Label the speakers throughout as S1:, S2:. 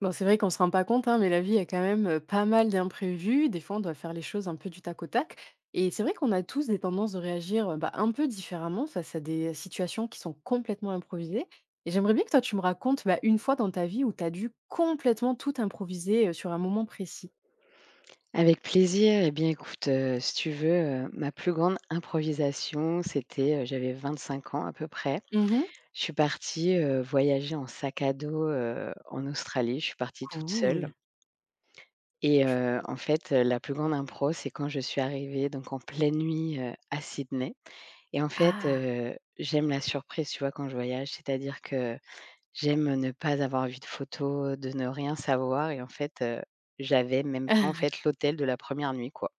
S1: Bon, c'est vrai qu'on se rend pas compte, hein, mais la vie a quand même pas mal d'imprévus. Des fois, on doit faire les choses un peu du tac au tac. Et c'est vrai qu'on a tous des tendances de réagir un peu différemment face à des situations qui sont complètement improvisées. Et j'aimerais bien que toi, tu me racontes bah, une fois dans ta vie où tu as dû complètement tout improviser sur un moment précis.
S2: Avec plaisir. Eh bien, écoute, si tu veux, ma plus grande improvisation, c'était, j'avais 25 ans à peu près.
S1: Mhm.
S2: Je suis partie, voyager en sac à dos, en Australie. Je suis partie toute seule
S1: Cool.
S2: et en fait, la plus grande impro, c'est quand je suis arrivée donc en pleine nuit, à Sydney et en fait,
S1: Ah.
S2: j'aime la surprise, tu vois, quand je voyage. C'est-à-dire que j'aime ne pas avoir vu de photos, de ne rien savoir et en fait, j'avais même pas, en fait, l'hôtel de la première nuit, quoi.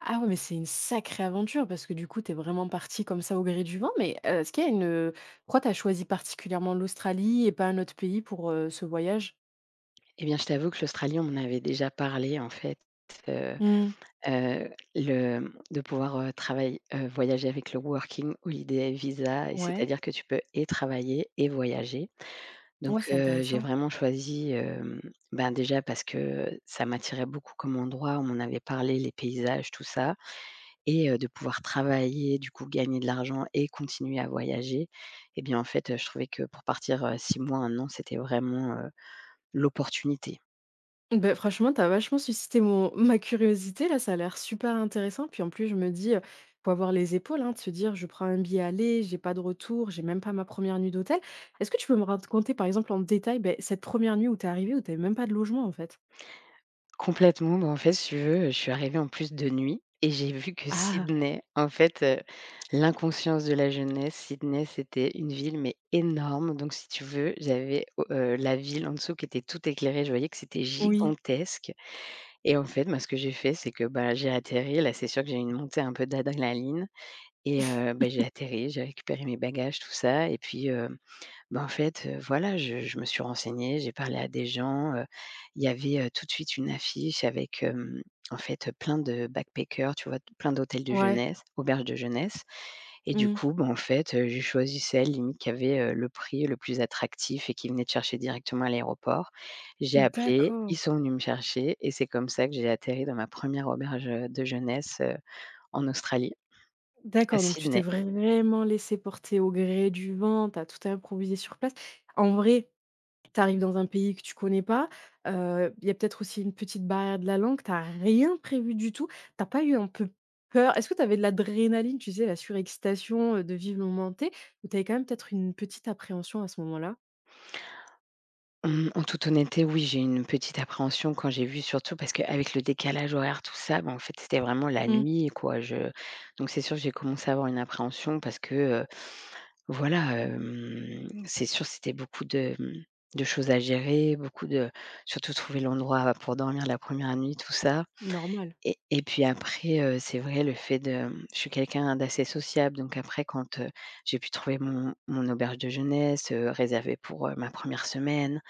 S1: Ah ouais, mais c'est une sacrée aventure parce que du coup, t'es vraiment parti comme ça au gré du vent. Mais est-ce qu'il y a une... Pourquoi tu as choisi particulièrement l'Australie et pas un autre pays pour ce voyage?
S2: Eh bien, je t'avoue que l'Australie, on m'en avait déjà parlé en fait, heu
S1: Mmh.
S2: le de pouvoir, travailler voyager avec le Working Holiday Visa et
S1: Ouais,
S2: c'est-à-dire que tu peux et travailler et voyager. Donc
S1: ouais, c'est
S2: j'ai
S1: intéressant.
S2: vraiment choisi, ben, déjà parce que ça m'attirait beaucoup comme endroit, on m'en avait parlé, les paysages, tout ça et de pouvoir travailler, du coup gagner de l'argent et continuer à voyager et bien, en fait, je trouvais que pour partir, 6 mois, un an, c'était vraiment, l'opportunité.
S1: Beh, franchement, tu as vachement suscité mon ma curiosité là, ça a l'air super intéressant. Puis en plus, je me dis, faut avoir les épaules, hein, de se dire: «Je prends un billet aller, j'ai pas de retour, j'ai même pas ma première nuit d'hôtel». Est-ce que tu peux me raconter, par exemple, en détail, ben cette première nuit où t'es arrivée, où t'avais même pas de logement, en fait?
S2: Complètement, bah, en fait, si tu veux, je suis arrivée en plus de nuit et j'ai vu que
S1: Ah!
S2: Sydney, en fait, l'inconscience de la jeunesse, Sydney, c'était une ville, mais énorme. Donc si tu veux, j'avais au la ville en dessous qui était toute éclairée, je voyais que c'était
S1: Oui.
S2: gigantesque et en fait, bah, ce que j'ai fait, c'est que, bah, j'ai atterri. Là, c'est sûr que j'ai eu une montée un peu d'adrénaline et bah, j'ai atterri, j'ai récupéré mes bagages, tout ça et puis, bah, en fait, voilà, je me suis renseignée, j'ai parlé à des gens, il y avait, tout de suite une affiche avec, en fait, plein de backpackers, tu vois? Plein d'hôtels de
S1: Ouais.
S2: jeunesse, auberges de jeunesse et du
S1: Mmh.
S2: coup, bah, en fait, j'ai choisi celle limite qui avait, le prix le plus attractif et qui venait te chercher directement à l'aéroport. J'ai appelé, ils
S1: D'accord,
S2: sont venus me chercher et c'est comme ça que j'ai atterri dans ma première auberge, de jeunesse, en Australie, à
S1: d'accord, donc tu t'es
S2: Sydney.
S1: vraiment laissé porter au gré du vent, t'as tout improvisé sur place. En vrai, tu arrives dans un pays que tu connais pas, il y a peut-être aussi une petite barrière de la langue, tu rien prévu du tout. T'as pas eu un peu peur? Est-ce que tu avais de l'adrénaline, tu sais, la surexcitation, de vivre le moment T, ou tu avais quand même peut-être une petite appréhension à ce moment-là?
S2: Mmh, En toute honnêteté, oui, j'ai eu une petite appréhension quand j'ai vu surtout parce qu'avec le décalage horaire, tout ça, bah, en fait, c'était vraiment la
S1: Mmh,
S2: nuit, quoi. Je Donc c'est sûr que j'ai commencé à avoir une appréhension parce que, heu, voilà, c'est sûr, c'était beaucoup de, de choses à gérer, beaucoup de surtout trouver l'endroit bah, pour dormir la première nuit, tout ça
S1: normal.
S2: et puis après, c'est vrai le fait de, je suis quelqu'un d'assez sociable donc après quand, j'ai pu trouver mon auberge de jeunesse, réservée pour, ma première semaine,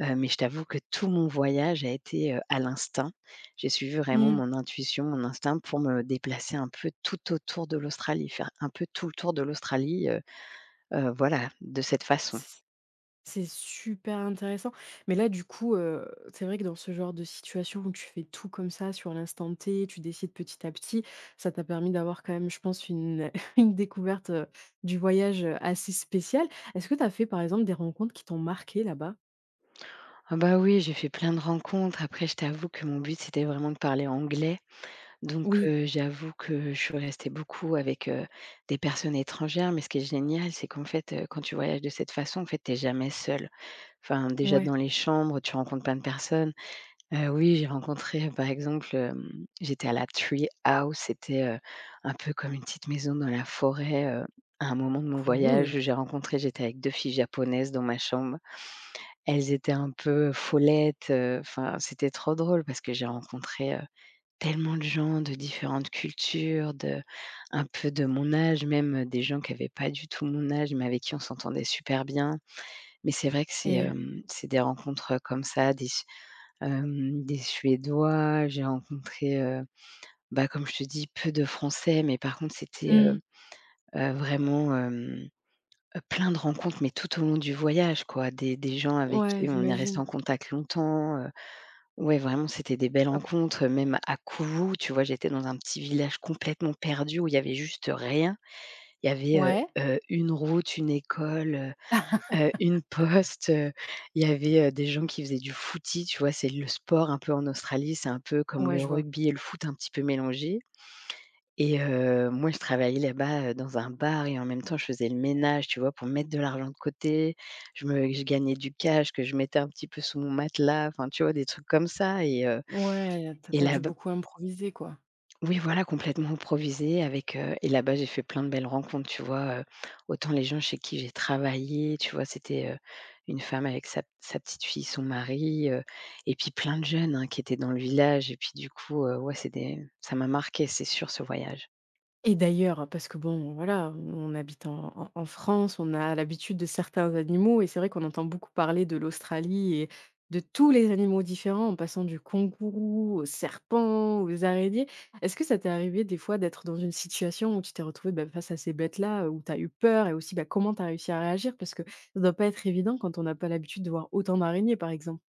S2: Heu, Mais je t'avoue que tout mon voyage a été, à l'instinct. J'ai suivi vraiment
S1: Mmh.
S2: mon intuition, mon instinct pour me déplacer un peu tout autour de l'Australie, faire un peu tout le tour de l'Australie, voilà, de cette façon.
S1: C'est super intéressant. Mais là, du coup, c'est vrai que dans ce genre de situation où tu fais tout comme ça sur l'instant T, tu décides petit à petit, ça t'a permis d'avoir quand même, je pense, une une découverte, du voyage, assez spéciale. Est-ce que tu as fait, par exemple, des rencontres qui t'ont marqué là-bas?
S2: Ah bah, oui, j'ai fait plein de rencontres. Après, je t'avoue que mon but, c'était vraiment de parler anglais. Donc,
S1: Oui,
S2: j'avoue que je suis restée beaucoup avec, des personnes étrangères. Mais ce qui est génial, c'est qu'en fait, quand tu voyages de cette façon, en fait, t'es jamais seule. Enfin, déjà
S1: ouais.
S2: dans les chambres, tu rencontres plein de personnes. Oui, j'ai rencontré, par exemple, j'étais à la Tree House, c'était, un peu comme une petite maison dans la forêt, à un moment de mon
S1: Cool.
S2: voyage, j'étais avec 2 filles japonaises dans ma chambre. Elles étaient un peu follettes, enfin, c'était trop drôle parce que j'ai rencontré, tellement de gens de différentes cultures, de un peu de mon âge même, des gens qui avaient pas du tout mon âge mais avec qui on s'entendait super bien. Mais c'est vrai que c'est,
S1: Et
S2: c'est des rencontres, comme ça, des Suédois, j'ai rencontré, bah, comme je te dis, peu de Français, mais par contre c'était,
S1: mmh.
S2: vraiment, plein de rencontres, mais tout au long du voyage quoi. Des gens avec
S1: Ouais,
S2: qui on est resté
S1: j'imagine.
S2: en contact longtemps, ouais, vraiment c'était des belles
S1: Ap.
S2: rencontres. Même à Kourou, tu vois, j'étais dans un petit village complètement perdu où il y avait juste rien. Il y avait,
S1: Ouais?
S2: une route, une école, une poste, il y avait, des gens qui faisaient du footy, tu vois? C'est le sport un peu en Australie, c'est un peu comme
S1: Ouais,
S2: le
S1: je vois.
S2: rugby et le foot un petit peu mélangés et moi je travaillais là-bas, dans un bar et en même temps je faisais le ménage, tu vois? Pour mettre de l'argent de côté, je gagnais du cash que je mettais un petit peu sous mon matelas, enfin tu vois? Des trucs comme ça et heu
S1: Ouais,
S2: et
S1: t'as as
S2: là
S1: dû beaucoup improviser, quoi.
S2: oui, voilà, complètement improvisé avec, et là-bas, j'ai fait plein de belles rencontres, tu vois? Autant les gens chez qui j'ai travaillé, tu vois? C'était, une femme avec sa petite fille, son mari, et puis plein de jeunes, hein, qui étaient dans le village et puis du coup, ouais, c'est des ça m'a marqué, c'est sûr, ce voyage.
S1: Et d'ailleurs, parce que bon, voilà, on habite en France, on a l'habitude de certains animaux et c'est vrai qu'on entend beaucoup parler de l'Australie et de tous les animaux différents, en passant du kangourou aux serpents, aux araignées. Est-ce que ça t'est arrivé des fois d'être dans une situation où tu t'es retrouvé face à ces bêtes-là, où tu as eu peur et aussi, bah, comment tu as réussi à réagir? Parce que ça doit pas être évident quand on n'a pas l'habitude de voir autant d'araignées, par exemple.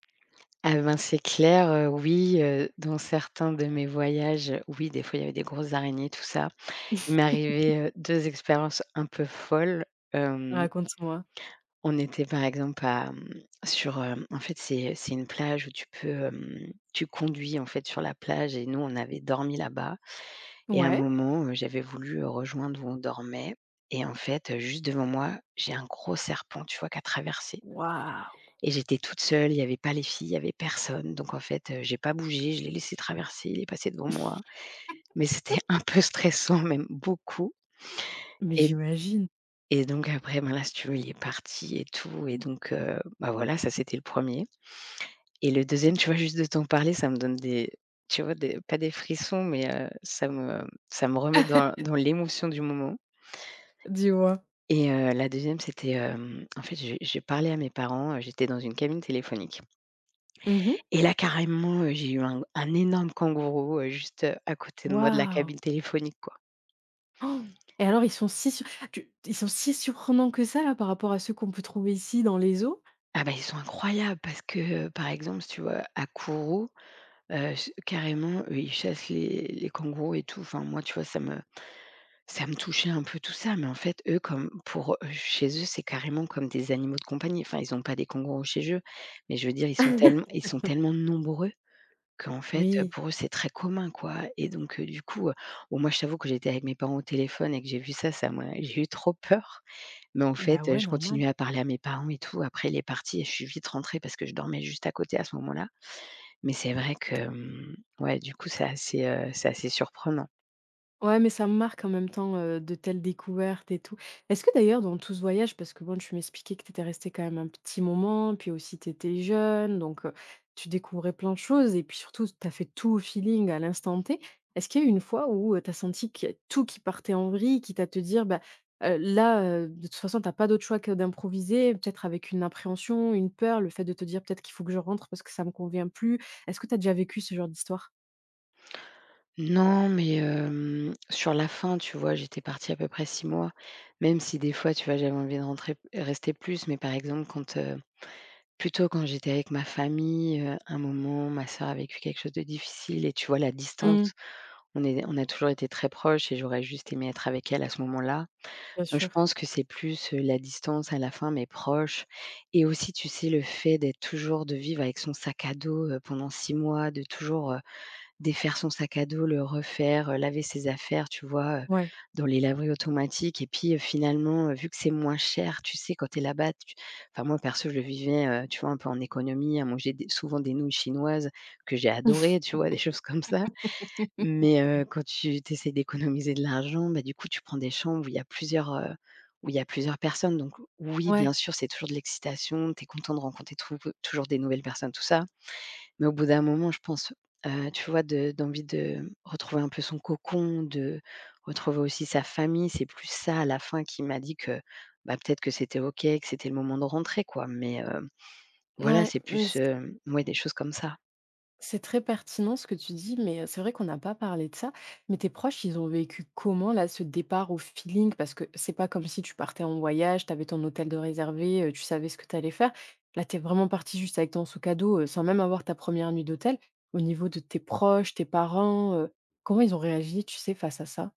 S2: Ah ben, c'est clair, oui, dans certains de mes voyages, oui, des fois, il y avait des grosses araignées, tout ça. Il m'est arrivé 2 expériences un peu folles.
S1: Raconte-moi.
S2: On était par exemple à, sur, en fait, c'est une plage où tu peux, tu conduis, en fait, sur la plage et nous, on avait dormi là-bas et à un
S1: Ouais?
S2: moment, j'avais voulu, rejoindre où on dormait et en fait, juste devant moi, j'ai un gros serpent, tu vois, qui a traversé
S1: Waouh!
S2: et j'étais toute seule, il y avait pas les filles, il y avait personne donc en fait, j'ai pas bougé, je l'ai laissé traverser, il est passé devant moi mais c'était un peu stressant, même beaucoup
S1: Mais
S2: et
S1: j'imagine.
S2: et donc après, ben, là, si tu veux, il est parti et tout et donc bah, voilà, ça, c'était le premier. Et le deuxième, tu vois, juste de t'en parler, ça me donne des tu vois, des pas des frissons, mais ça me remet dans l'émotion du moment
S1: Dis-moi.
S2: et la deuxième, c'était, en fait, j'ai parlé à mes parents, j'étais dans une cabine téléphonique
S1: Mmh.
S2: et là, carrément, j'ai eu un énorme kangourou, juste, à côté de moi de la
S1: Waouh!
S2: cabine téléphonique, quoi.
S1: Oh! Et alors ils sont si sur tu ils sont si surprenants que ça là, par rapport à ceux qu'on peut trouver ici dans les zoos?
S2: Ah bah, ils sont incroyables parce que, par exemple, si tu vois, à Kourou, j carrément, eux, ils chassent les kangourous et tout. Enfin, moi, tu vois, Ça me touchait un peu tout ça, mais en fait, eux, comme pour eux, chez eux, c'est carrément comme des animaux de compagnie. Enfin, ils n'ont pas des kangourous chez eux, mais je veux dire, ils sont tellement nombreux qu'en fait,
S1: Oui,
S2: pour eux, c'est très commun, quoi et donc du coup, bon, moi, je t'avoue que j'étais avec mes parents au téléphone et que j'ai vu ça, ça m'a j'ai eu trop peur, mais en
S1: bah
S2: fait,
S1: ouais,
S2: je
S1: normal.
S2: continuais à parler à mes parents et tout. Après, il est parti et je suis vite rentrée parce que je dormais juste à côté à ce moment-là, mais c'est vrai que, ouais, du coup, c'est assez, c'est assez surprenant.
S1: Ouais, mais ça me marque en même temps, de telles découvertes et tout. Est-ce que d'ailleurs dans tout ce voyage, parce que bon, tu m'expliquais que tu étais restée quand même un petit moment, puis aussi tu étais jeune, donc tu découvrais plein de choses et puis surtout tu as fait tout au feeling, à l'instant T. Est-ce qu'il y a eu une fois où, tu as senti qu'il y a tout qui partait en vrille, quitte à te dire: «Bah, là, de toute façon, t'as pas d'autre choix que d'improviser», peut-être avec une appréhension, une peur, le fait de te dire: «Peut-être qu'il faut que je rentre parce que ça me convient plus». Est-ce que tu as déjà vécu ce genre d'histoire?
S2: Non, mais sur la fin, tu vois, j'étais partie à peu près 6 mois, même si des fois, tu vois, j'avais envie de rentrer rester plus, mais par exemple, quand, plutôt quand j'étais avec ma famille, un moment, ma sœur a vécu quelque chose de difficile et tu vois, la
S1: Mmh,
S2: distance, on a toujours été très proches et j'aurais juste aimé être avec elle à ce moment-là.
S1: bien
S2: Donc je
S1: sûr,
S2: pense que c'est plus, la distance à la fin, mais proche et aussi, tu sais, le fait d'être toujours de vivre avec son sac à dos, pendant 6 mois, Défaire son sac à dos, le refaire, laver ses affaires, tu vois,
S1: ouais.
S2: dans les laveries automatiques et puis, finalement, vu que c'est moins cher, tu sais, quand tu es là-bas, tu enfin moi perso, je le vivais, tu vois, un peu en économie, à manger des souvent des nouilles chinoises que j'ai adorées, tu vois, des choses comme ça. Mais, quand tu essaies d'économiser de l'argent, bah, du coup, tu prends des chambres où il y a plusieurs, où il y a plusieurs personnes. Donc oui, bien
S1: Ouais,
S2: sûr, c'est toujours de l'excitation, tu es content de rencontrer trouv toujours des nouvelles personnes, tout ça. Mais au bout d'un moment, je pense, tu vois, de d'envie de retrouver un peu son cocon, de retrouver aussi sa famille. C'est plus ça, à la fin, qui m'a dit que, bah, peut-être que c'était OK, que c'était le moment de rentrer, quoi. Mais, voilà,
S1: ouais,
S2: c'est plus, ouais, des choses comme ça.
S1: c'est très pertinent ce que tu dis, mais c'est vrai qu'on n'a pas parlé de ça. Mais tes proches, ils ont vécu comment là, ce départ au feeling? Parce que c'est pas comme si tu partais en voyage, t'avais ton hôtel de réservé, tu savais ce que t'allais faire. Là, t'es vraiment parti juste avec ton sac à dos, sans même avoir ta première nuit d'hôtel. Au niveau de tes proches, tes parents, comment ils ont réagi, tu sais, face à ça?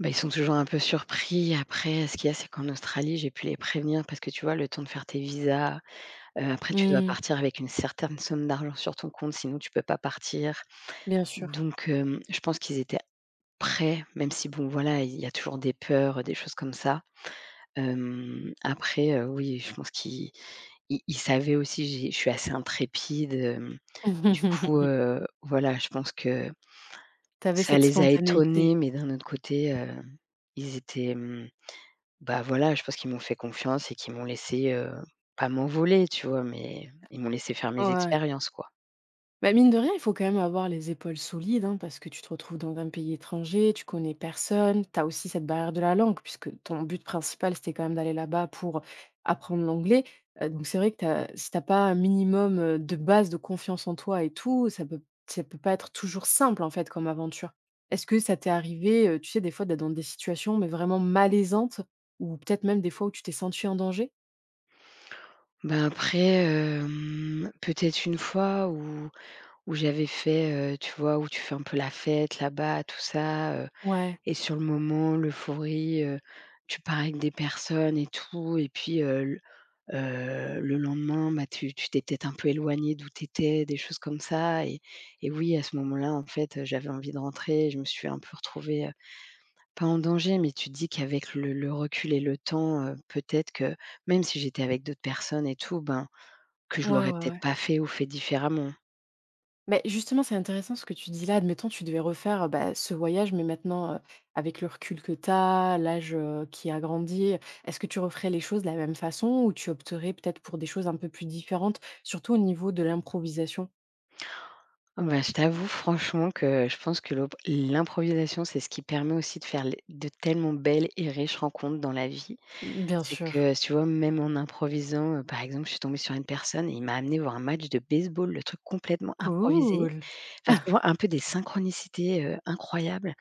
S2: Bah, ils sont toujours un peu surpris. Après, ce qu'il y a, c'est qu'en Australie, j'ai pu les prévenir parce que, tu vois, le temps de faire tes visas, après tu dois
S1: Mmh,
S2: partir avec une certaine somme d'argent sur ton compte, sinon tu peux pas partir.
S1: bien sûr.
S2: Donc, je pense qu'ils étaient prêt, même si bon voilà, il y a toujours des peurs, des choses comme ça. Oui, je pense qu'il il savait aussi, j'ai je suis assez intrépide, du coup, voilà, je pense que
S1: T'avais
S2: ça
S1: cette
S2: les a
S1: spontanéité.
S2: étonnés, mais d'un autre côté, ils étaient, mmh, bah, voilà, je pense qu'ils m'ont fait confiance et qu'ils m'ont laissé, pas m'envoler, tu vois? Mais ils m'ont laissé faire mes
S1: Ouais.
S2: expériences, quoi.
S1: Bah, mine de rien, il faut quand même avoir les épaules solides, hein, parce que tu te retrouves dans un pays étranger, tu connais personne, tu as aussi cette barrière de la langue, puisque ton but principal, c'était quand même d'aller là-bas pour apprendre l'anglais. Donc c'est vrai que tu si t'as pas un minimum, de base de confiance en toi et tout, ça peut pas être toujours simple, en fait, comme aventure. Est-ce que ça t'est arrivé, tu sais, des fois, d'être dans des situations, mais vraiment malaisantes ou peut-être même des fois où tu t'es sentie en danger?
S2: Bah, après, peut-être une fois où j'avais fait, tu vois, où tu fais un peu la fête là-bas, tout ça,
S1: Ouais.
S2: et sur le moment, l'euphorie, tu parles avec des personnes et tout et puis, l le lendemain, bah, tu t'es peut-être un peu éloigné d'où tu étais, des choses comme ça. Et oui, à ce moment-là, en fait, j'avais envie de rentrer. Je me suis un peu retrouvée, pas en danger, mais tu te dis qu'avec le recul et le temps, peut-être que même si j'étais avec d'autres personnes et tout, ben, que je
S1: Ouais,
S2: l'aurais
S1: ouais,
S2: peut-être
S1: ouais.
S2: pas fait ou fait différemment.
S1: Mais justement, c'est intéressant ce que tu dis là. Admettons, tu devais refaire, bah, ce voyage, mais maintenant, avec le recul que tu as, l'âge, qui a grandi, est-ce que tu referais les choses de la même façon ou tu opterais peut-être pour des choses un peu plus différentes, surtout au niveau de l'improvisation?
S2: Ah bah, je t'avoue franchement que je pense que l'improvisation, c'est ce qui permet aussi de faire les de tellement belles et riches rencontres dans la vie.
S1: Mmh. Bien
S2: C'est
S1: sûr.
S2: que, tu vois, même en improvisant, par exemple, je suis tombée sur une personne et il m'a amenée voir un match de baseball, le truc complètement improvisé.
S1: Cool.
S2: Enfin, tu vois, un peu des synchronicités, incroyables.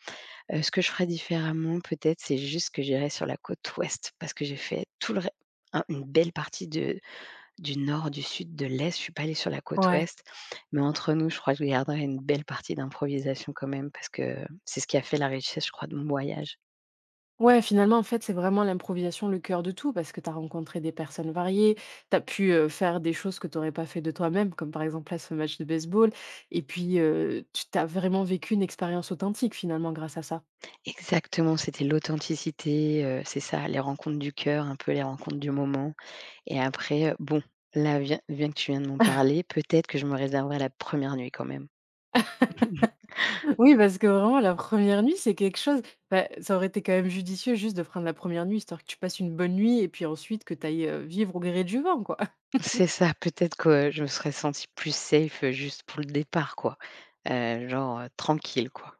S2: Ce que je ferais différemment peut-être, c'est juste que j'irais sur la côte ouest parce que j'ai fait tout le ré un une belle partie de du nord, du sud, de l'est, je suis pas allée sur la côte
S1: Ouais.
S2: ouest, mais entre nous, je crois que je garderai une belle partie d'improvisation quand même parce que c'est ce qui a fait la richesse, je crois, de mon voyage.
S1: Ouais, finalement, en fait, c'est vraiment l'improvisation le cœur de tout parce que tu as rencontré des personnes variées, tu as pu, faire des choses que tu aurais pas fait de toi-même, comme par exemple, là, ce match de baseball et puis, tu t'as vraiment vécu une expérience authentique, finalement, grâce à ça.
S2: Exactement, c'était l'authenticité, c'est ça, les rencontres du cœur, un peu les rencontres du moment. Et après, bon, là, vient bien que tu viens de m'en parler, peut-être que je me réserverai la première nuit quand même.
S1: Mmh. Oui, parce que vraiment la première nuit, c'est quelque chose. Bah, ça aurait été quand même judicieux juste de prendre la première nuit, histoire que tu passes une bonne nuit et puis ensuite que tu ailles, vivre au gré du vent, quoi.
S2: C'est ça, peut-être que je me serais sentie plus safe, juste pour le départ, quoi, genre, tranquille, quoi.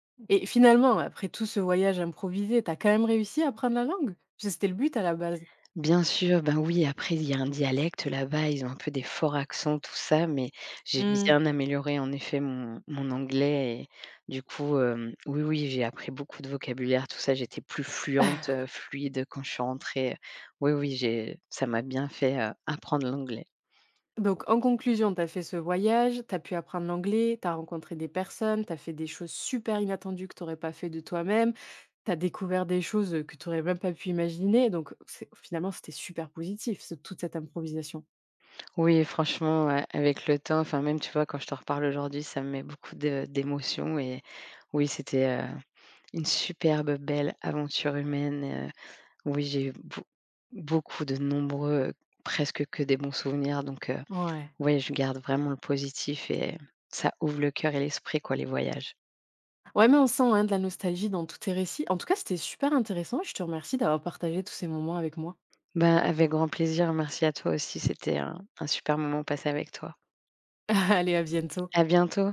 S1: Et finalement, après tout ce voyage improvisé, tu as quand même réussi à apprendre la langue? Parce que c'était le but à la base.
S2: Bien sûr, ben oui, après il y a un dialecte là-bas, ils ont un peu des forts accents, tout ça, mais j'ai
S1: Mmh.
S2: bien amélioré en effet mon anglais. Et du coup, oui, oui, j'ai appris beaucoup de vocabulaire, tout ça, j'étais plus fluide quand je suis rentrée. Oui, oui, j'ai ça m'a bien fait, apprendre l'anglais.
S1: Donc, en conclusion, tu as fait ce voyage, tu as pu apprendre l'anglais, tu as rencontré des personnes, tu as fait des choses super inattendues que tu n'aurais pas fait de toi-même, tu as découvert des choses que tu n'aurais même pas pu imaginer. Donc, c'est- finalement, c'était super positif, ce- toute cette improvisation.
S2: Oui, franchement, avec le temps, enfin même, tu vois, quand je te reparle aujourd'hui, ça me met beaucoup de d'émotions. Et oui, c'était, une superbe belle aventure humaine. Oui, j'ai eu beau beaucoup de nombreux, presque que des bons souvenirs, donc
S1: Ouais.
S2: ouais, je garde vraiment le positif. Et ça ouvre le cœur et l'esprit, quoi, les voyages.
S1: Ouais, mais on sent hein, de la nostalgie dans tous tes récits. En tout cas, c'était super intéressant. Je te remercie d'avoir partagé tous ces moments avec moi.
S2: Ben, avec grand plaisir, merci à toi aussi, c'était un super moment passé avec toi.
S1: Allez, à bientôt.
S2: À bientôt.